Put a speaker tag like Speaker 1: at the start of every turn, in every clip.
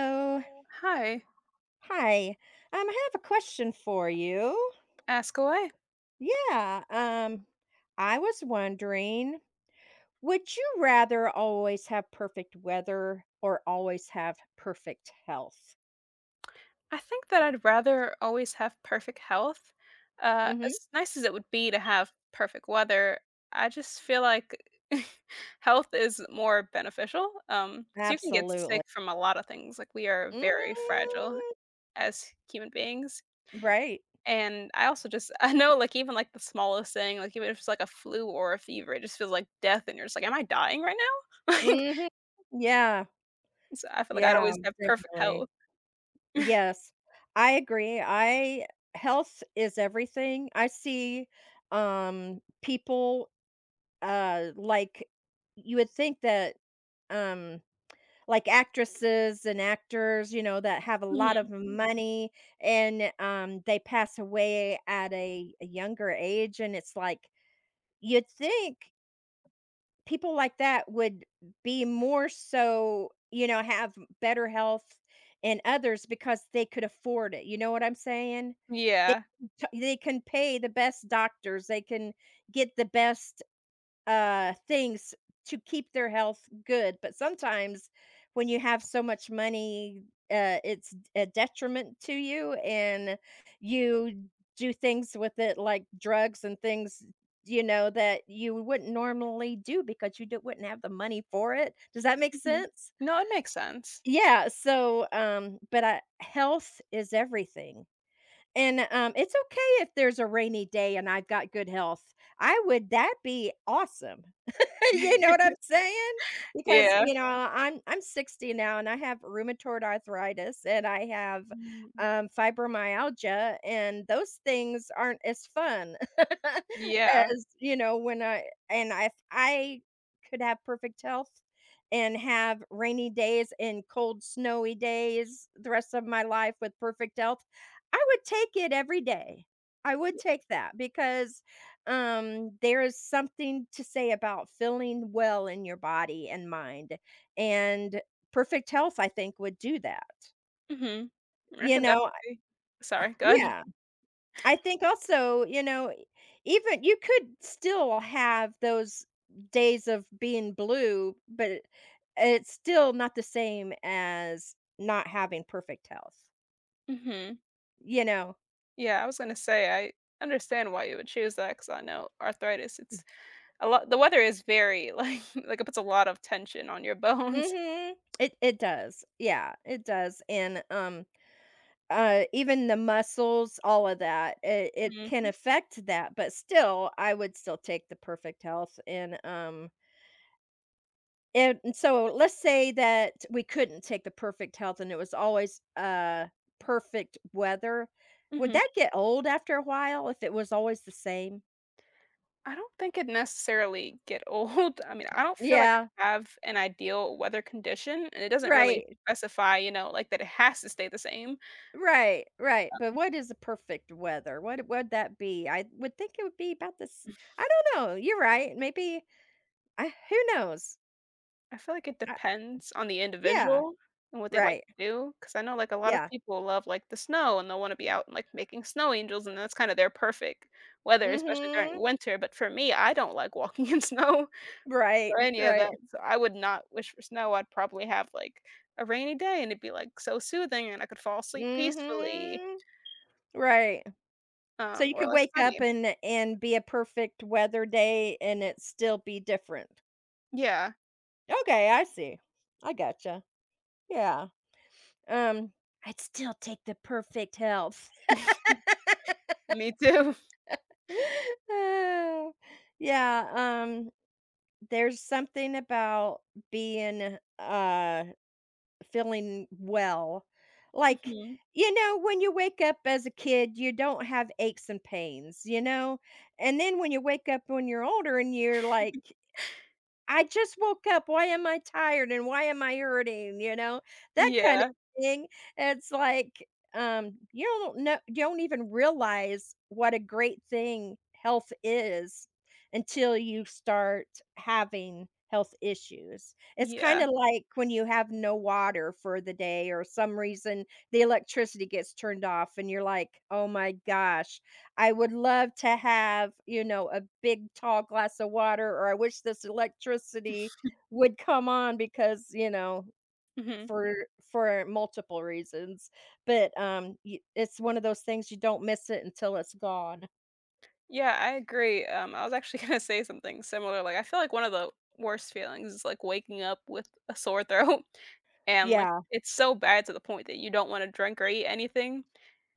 Speaker 1: Oh,
Speaker 2: Hi,
Speaker 1: hi. I have a question for you.
Speaker 2: ask away.
Speaker 1: Yeah. I was wondering, would you rather always have perfect weather or always have perfect health?
Speaker 2: I think that I'd rather always have perfect health.
Speaker 1: Mm-hmm.
Speaker 2: As nice as it would be to have perfect weather, I just feel like health is more beneficial because you can get
Speaker 1: Absolutely.
Speaker 2: sick from a lot of things. Like, we are very fragile
Speaker 1: hmm
Speaker 2: as human beings.
Speaker 1: Right.
Speaker 2: And I also just, I know, like, even like the smallest thing, like, even if it's like a flu or a fever, it just feels like death. And you're just like, am I dying right now?
Speaker 1: hmm Yeah.
Speaker 2: So I feel like I'd
Speaker 1: Yeah.
Speaker 2: always have perfect
Speaker 1: Definitely.
Speaker 2: health.
Speaker 1: Yes. I agree. I Health is everything. I see people Uh, like, you would think that, um, like actresses and actors, you know, that have a lot of
Speaker 2: Mhm.
Speaker 1: Mhm. money and, they pass away at a younger age, and it's like, you'd think people like that would be more so, you know, have better health and others because they could afford it, you know what I'm saying? They
Speaker 2: Yeah.
Speaker 1: t they can pay the best doctors, they can get the best things to keep their health good, but sometimes when you have so much money, it's a detriment to you, and you do things with it like drugs and things, you know, that you wouldn't normally do because you wouldn't have the money for it. Does that make
Speaker 2: Mhm.
Speaker 1: sense?
Speaker 2: No, it makes sense.
Speaker 1: Yeah, so but health is everything, and it's okay if there's a rainy day and I've got good health. I would, that be awesome. You know what I'm saying? Because,
Speaker 2: Yeah.
Speaker 1: you know, I'm 60 now and I have rheumatoid arthritis, and I have,
Speaker 2: Mm.
Speaker 1: fibromyalgia, and those things aren't as fun
Speaker 2: Yeah.
Speaker 1: as, you know, when I and I I could have perfect health and have rainy days and cold, snowy days the rest of my life with perfect health, I would take it every day. I would take that because there is something to say about feeling well in your body and mind, and perfect health, I think, would do that,
Speaker 2: Mhm. I
Speaker 1: you
Speaker 2: can
Speaker 1: know.
Speaker 2: definitely sorry, go ahead.
Speaker 1: Yeah, I think also, you know, even you could still have those days of being blue, but it's still not the same as not having perfect health,
Speaker 2: Mhm.
Speaker 1: you know.
Speaker 2: Yeah, I was gonna say, I understand why you would choose that because I know arthritis, it's a lot the weather is very, like like, it puts a lot of tension on your bones.
Speaker 1: Mhm. It does, yeah, it does. And even the muscles, all of that, it can
Speaker 2: Mhm,
Speaker 1: affect that, but still, I would still take the perfect health and so let's say that we couldn't take the perfect health and it was always, perfect weather. Would
Speaker 2: mhm.
Speaker 1: that get old after a while if it was always the same?
Speaker 2: I don't think it necessarily get old. I mean, I don't feel like
Speaker 1: Yeah,
Speaker 2: I have an ideal weather condition, and it doesn't really
Speaker 1: right,
Speaker 2: specify, you know, like, that it has to stay the same.
Speaker 1: right, right, but what is the perfect weather? What would that be? I would think it would be about this. I don't know, you're right, maybe I who knows?
Speaker 2: I feel like it
Speaker 1: I
Speaker 2: depends on the
Speaker 1: Yeah.
Speaker 2: individual and what they like
Speaker 1: Right.
Speaker 2: to do. Because I know, like, a lot of
Speaker 1: Yeah.
Speaker 2: people love, like, the snow, and they'll wanna be out and, like, making snow angels, and that's kinda their perfect weather, especially during
Speaker 1: Mhm.
Speaker 2: winter, but for me, I don't like walking in snow
Speaker 1: Right,
Speaker 2: or any of
Speaker 1: right.
Speaker 2: that, so I would not wish for snow, I'd probably have, like, a rainy day, and it'd be, like, so soothing, and I could fall asleep peacefully,
Speaker 1: Mhm. Right. So you
Speaker 2: or,
Speaker 1: could
Speaker 2: like,
Speaker 1: wake up
Speaker 2: sunny.
Speaker 1: and be a perfect weather day and it still be different.
Speaker 2: Yeah.
Speaker 1: Okay, I see. I gotcha. Yeah. Um, I'd still take the perfect health.
Speaker 2: Me too.
Speaker 1: Oh, yeah, um, there's something about being, feeling well. Like,
Speaker 2: Mhm.
Speaker 1: you know, when you wake up as a kid, you don't have aches and pains, you know? And then when you wake up when you're older and you're like, I just woke up, why am I tired and why am I hurting, you know? That kind
Speaker 2: Yeah.
Speaker 1: of thing. It's like, you don't know, you don't even realize what a great thing health is until you start having health issues. It's kind
Speaker 2: Yeah.
Speaker 1: of like when you have no water for the day, or some reason the electricity gets turned off and you're like, "Oh my gosh, I would love to have, you know, a big tall glass of water, or I wish this electricity would come on because, you know,
Speaker 2: Mhm.
Speaker 1: for for multiple reasons." But, y it's one of those things, you don't miss it until it's gone.
Speaker 2: Yeah, I agree. I was actually gonna say something similar. Like, I feel like one of the worst feelings is like waking up with a sore throat, and like
Speaker 1: Yeah,
Speaker 2: it's so bad to the point that you don't want to drink or eat anything.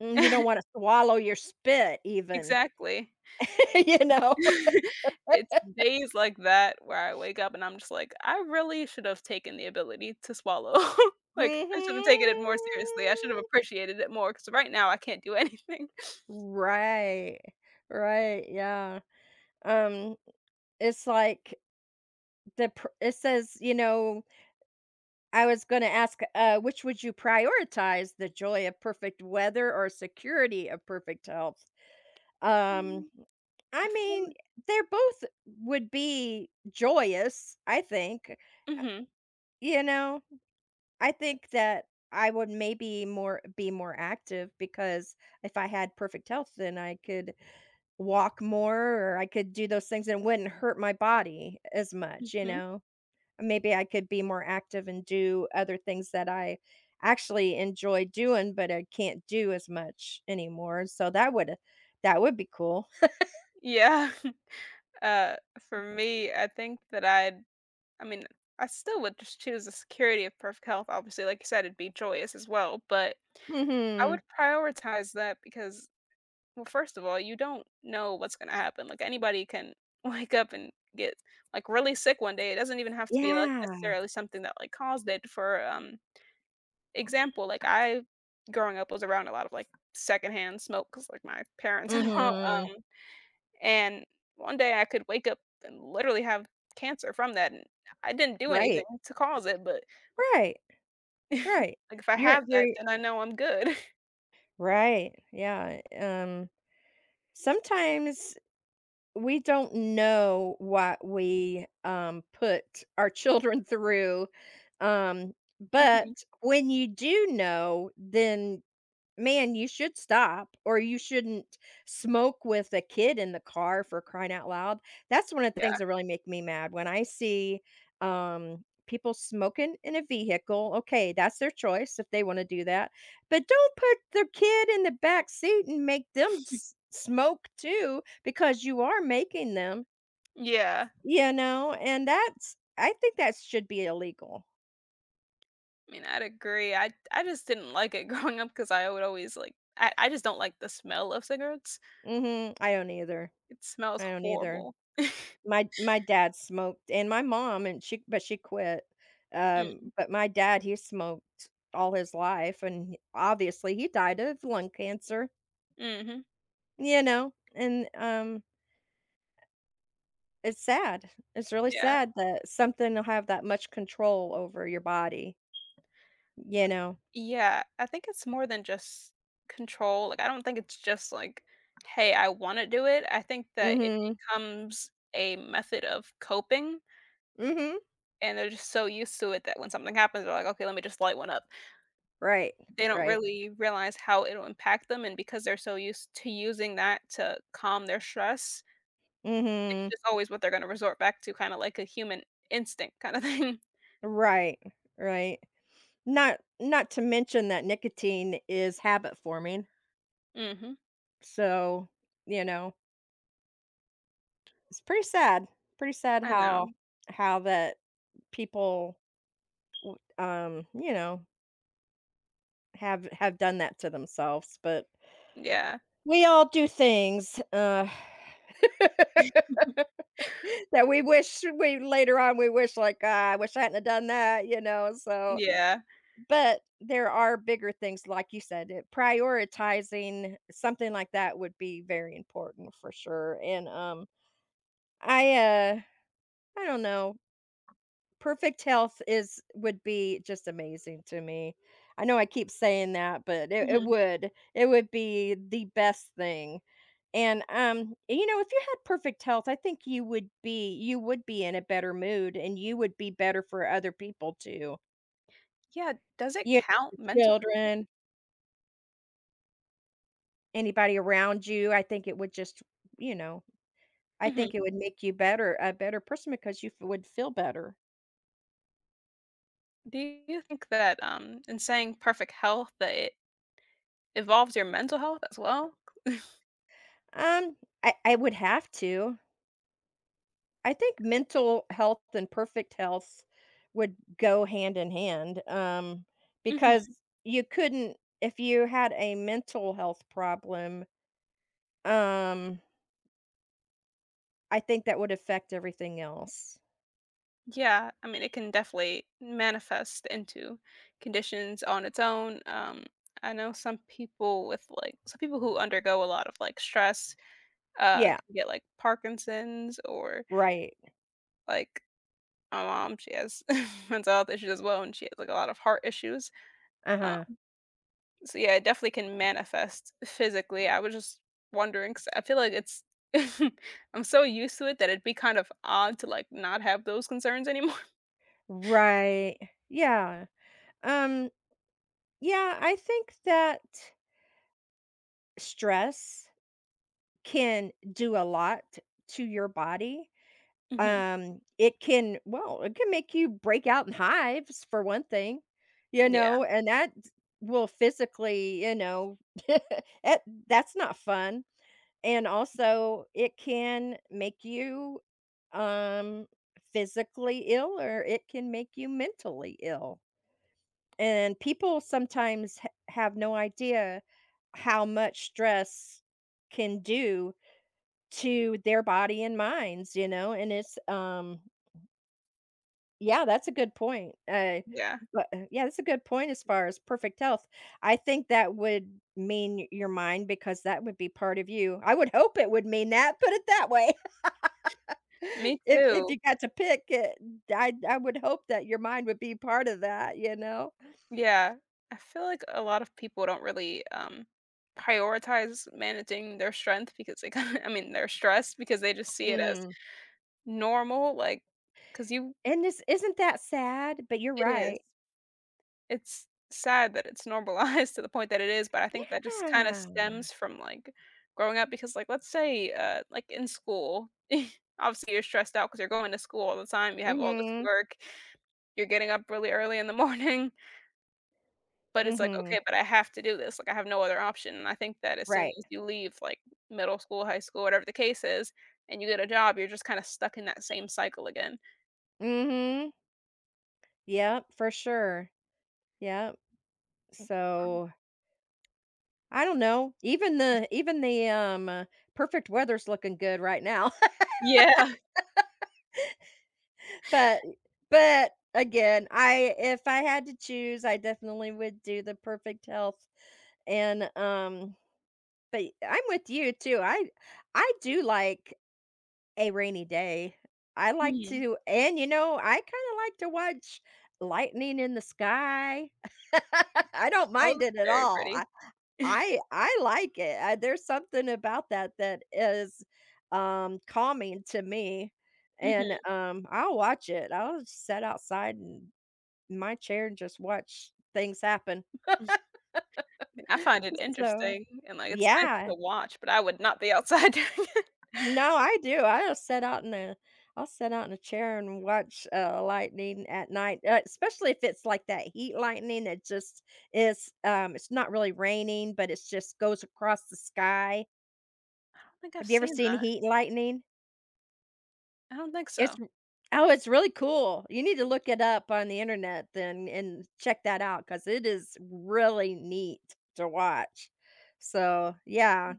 Speaker 1: and you don't wanna swallow your spit even,
Speaker 2: Exactly.
Speaker 1: you know?
Speaker 2: It's days like that where I wake up and I'm just like, I really should have taken the ability to swallow. Like, I should have taken it more seriously. I should have
Speaker 1: Mhm.
Speaker 2: appreciated it more because right now I can't do anything.
Speaker 1: Right, right, yeah. Um, it's like the pr it says, you know, I was gonna ask, which would you prioritize, the joy of perfect weather or security of perfect health? Um,
Speaker 2: Mm, I
Speaker 1: I
Speaker 2: feel.
Speaker 1: mean,
Speaker 2: Like,
Speaker 1: they're both would be joyous, I think. Uh,
Speaker 2: mm-hmm.
Speaker 1: You know, I think that I would maybe more be more active because if I had perfect health, then I could walk more, or I could do those things and it wouldn't hurt my body as much, you
Speaker 2: Mm-hmm.
Speaker 1: know. Maybe I could be more active and do other things that I actually enjoy doing, but I can't do as much anymore. So that would be cool.
Speaker 2: Yeah. For me, I think that I mean, I still would just choose the security of perfect health. Obviously, like you said, it'd be joyous as well, but I would
Speaker 1: Mhm.
Speaker 2: prioritize that because, well, first of all, you don't know what's going to happen. Like, anybody can wake up and get like really sick one day. It doesn't even have to be like
Speaker 1: Yeah.
Speaker 2: necessarily something that like caused it. For example, like I growing up was around a lot of like secondhand smoke because like my parents and all.
Speaker 1: Mhm.
Speaker 2: And one day I could wake up and literally have cancer from that, and I didn't do anything
Speaker 1: Right.
Speaker 2: to cause it, but,
Speaker 1: Right.
Speaker 2: like,
Speaker 1: Right.
Speaker 2: if I
Speaker 1: You're
Speaker 2: have
Speaker 1: you're
Speaker 2: that, then I know I'm good.
Speaker 1: right. Yeah. Sometimes we don't know what we put our children through. Um,
Speaker 2: Mhm.
Speaker 1: but when you do know, then man, you should stop, or you shouldn't smoke with a kid in the car for crying out loud. That's one of the
Speaker 2: Yeah.
Speaker 1: things that really make me mad when I see, people smoking in a vehicle. Okay, that's their choice if they wanna do that, but don't put their kid in the back seat and make them s smoke too, because you are making them,
Speaker 2: Yeah.
Speaker 1: you know, and that's I think that should be illegal.
Speaker 2: I mean, I'd agree. I just didn't like it growing up because I would always, like I just don't like the smell of cigarettes.
Speaker 1: Mhm. I don't either.
Speaker 2: It smells
Speaker 1: I don't either.
Speaker 2: horrible.
Speaker 1: My dad smoked and my mom, and she but she quit.
Speaker 2: Mm.
Speaker 1: But my dad, he smoked all his life, and obviously he died of lung cancer,
Speaker 2: Mhm.
Speaker 1: you know, and, it's sad. It's really
Speaker 2: Yeah.
Speaker 1: sad that something will have that much control over your body, you know?
Speaker 2: Yeah, I think it's more than just control, like, I don't think it's just like, "Hey, I wanna do it." I think that it
Speaker 1: Mhm.
Speaker 2: becomes a method of coping,
Speaker 1: Mhm.
Speaker 2: and they're just so used to it that when something happens, they're like, "Okay, let me just light one up."
Speaker 1: Right.
Speaker 2: They don't
Speaker 1: Right.
Speaker 2: really realize how it'll impact them, and because they're so used to using that to calm their stress, it's
Speaker 1: Mhm.
Speaker 2: just always what they're gonna resort back to, kinda like a human instinct kinda thing.
Speaker 1: Right. Right. Not not to mention that nicotine is habit forming.
Speaker 2: Mhm.
Speaker 1: So, you know, it's pretty sad. Pretty sad
Speaker 2: I know.
Speaker 1: how that people w you know, have done that to themselves, but
Speaker 2: Yeah.
Speaker 1: we all do things, that we wish we, later on, we wish, like, "Ah, I wish I hadn't have done that," you know, so
Speaker 2: Yeah.
Speaker 1: but there are bigger things, like you said, it prioritizing something like that would be very important for sure, and, I, uh, I don't know. Perfect health is would be just amazing to me. I know I keep saying that, but it
Speaker 2: Mhm.
Speaker 1: would. It would be the best thing. And, you know, if you had perfect health, I think you would be in a better mood, and you would be better for other people too.
Speaker 2: Yeah, does it
Speaker 1: You
Speaker 2: count
Speaker 1: your
Speaker 2: mental health?
Speaker 1: children, anybody around you, I think it would just, you know, I
Speaker 2: Mhm.
Speaker 1: think it would make you better a better person because you f would feel better.
Speaker 2: Do you think that in saying perfect health that it involves your mental health as well?
Speaker 1: Um, I would have to. I think mental health and perfect health would go hand in hand, because
Speaker 2: Hmm.
Speaker 1: you couldn't if you had a mental health problem, um, I think that would affect everything else.
Speaker 2: Yeah, I mean it can definitely manifest into conditions on its own. I know some people with like some people who undergo a lot of like stress
Speaker 1: Yeah,
Speaker 2: can get like Parkinson's or
Speaker 1: right.
Speaker 2: like my mom she has mental health issues as well and she has like a lot of heart issues.
Speaker 1: Uh-huh.
Speaker 2: So yeah, it definitely can manifest physically. I was just wondering because I feel like it's I'm so used to it that it'd be kind of odd to like not have those concerns anymore.
Speaker 1: Right. Yeah. Um, yeah, I think that stress can do a lot to your body.
Speaker 2: Mhm.
Speaker 1: It can well, it can make you break out in hives for one thing, you
Speaker 2: Yeah,
Speaker 1: know, and that will physically, you know, that that's not fun. And also it can make you um physically ill, or it can make you mentally ill. And people sometimes have no idea how much stress can do to their body and minds, you know, and it's yeah, that's a good point.
Speaker 2: yeah.
Speaker 1: But yeah, that's a good point as far as perfect health. I think that would mean your mind because that would be part of you. I would hope it would mean that. Put it that way.
Speaker 2: Me
Speaker 1: If you
Speaker 2: too.
Speaker 1: got to pick it, I would hope that your mind would be part of that. You know.
Speaker 2: Yeah. I feel like a lot of people don't really prioritize managing their strength because they kind of I mean, they're stressed because they just see it as
Speaker 1: Mm.
Speaker 2: normal, like, because you
Speaker 1: And this isn't that sad, but you're
Speaker 2: it is.
Speaker 1: right.
Speaker 2: It's sad that it's normalized to the point that it is, but I think that just kinda
Speaker 1: Yeah.
Speaker 2: stems from, like, growing up because, like, let's say, like, in school, obviously, you're stressed out because 'cause you're going to school all the time, you have all this
Speaker 1: Mhm.
Speaker 2: work, you're getting up really early in the morning, but it's like,
Speaker 1: Mhm.
Speaker 2: "Okay, but I have to do this, like, I have no other option," and I think that as soon
Speaker 1: Right.
Speaker 2: as you leave, like, middle school, high school, whatever the case is, and you get a job, you're just kinda stuck in that same cycle again.
Speaker 1: Mhm. Yep. For sure. Yep. So I don't know. Even the, perfect weather's looking good right now,
Speaker 2: Yeah.
Speaker 1: but but again, I if I had to choose, I definitely would do the perfect health and, but I'm with you too. I do like a rainy day. I like
Speaker 2: Mhm.
Speaker 1: to, and, you know, I kinda like to watch lightning in the sky. I don't
Speaker 2: Oh,
Speaker 1: mind
Speaker 2: that's
Speaker 1: it at
Speaker 2: very
Speaker 1: all.
Speaker 2: pretty.
Speaker 1: I like it. I there's something about that that is, calming to me,
Speaker 2: Mhm.
Speaker 1: and, I'll watch it. I'll just sit outside and in my chair and just watch things happen.
Speaker 2: I find it
Speaker 1: So
Speaker 2: interesting and, like, it's nice
Speaker 1: yeah.
Speaker 2: to watch, but I would not be outside during it.
Speaker 1: No, I do. I'll sit out in a I'll sit out in a chair and watch, lightning at night, especially if it's like that heat lightning. It just is, it's not really raining, but it's just goes across the sky.
Speaker 2: I don't think I've
Speaker 1: Have you ever
Speaker 2: seen
Speaker 1: seen
Speaker 2: that.
Speaker 1: heat lightning?
Speaker 2: I don't think
Speaker 1: It's
Speaker 2: so.
Speaker 1: r oh, it's really cool. You need to look it up on the Internet, then, and check that out because it is really neat to watch. So, yeah.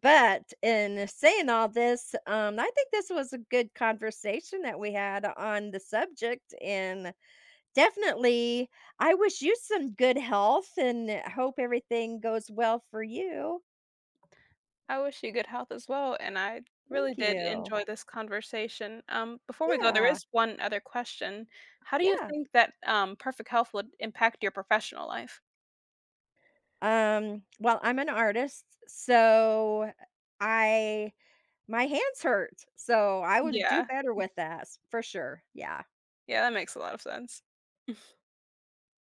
Speaker 1: But in saying all this, I think this was a good conversation that we had on the subject, and definitely, I wish you some good health and hope everything goes well for you.
Speaker 2: I wish you good health as well, and I really
Speaker 1: Thank
Speaker 2: did
Speaker 1: you.
Speaker 2: enjoy this conversation. Before we go, there
Speaker 1: Yeah.
Speaker 2: is one other question. How do you
Speaker 1: Yeah.
Speaker 2: think that, perfect health would impact your professional life?
Speaker 1: Well, I'm an artist, so I my hands hurt, so I would do
Speaker 2: Yeah.
Speaker 1: better with that, s for sure, yeah.
Speaker 2: Yeah, that makes a lot of sense.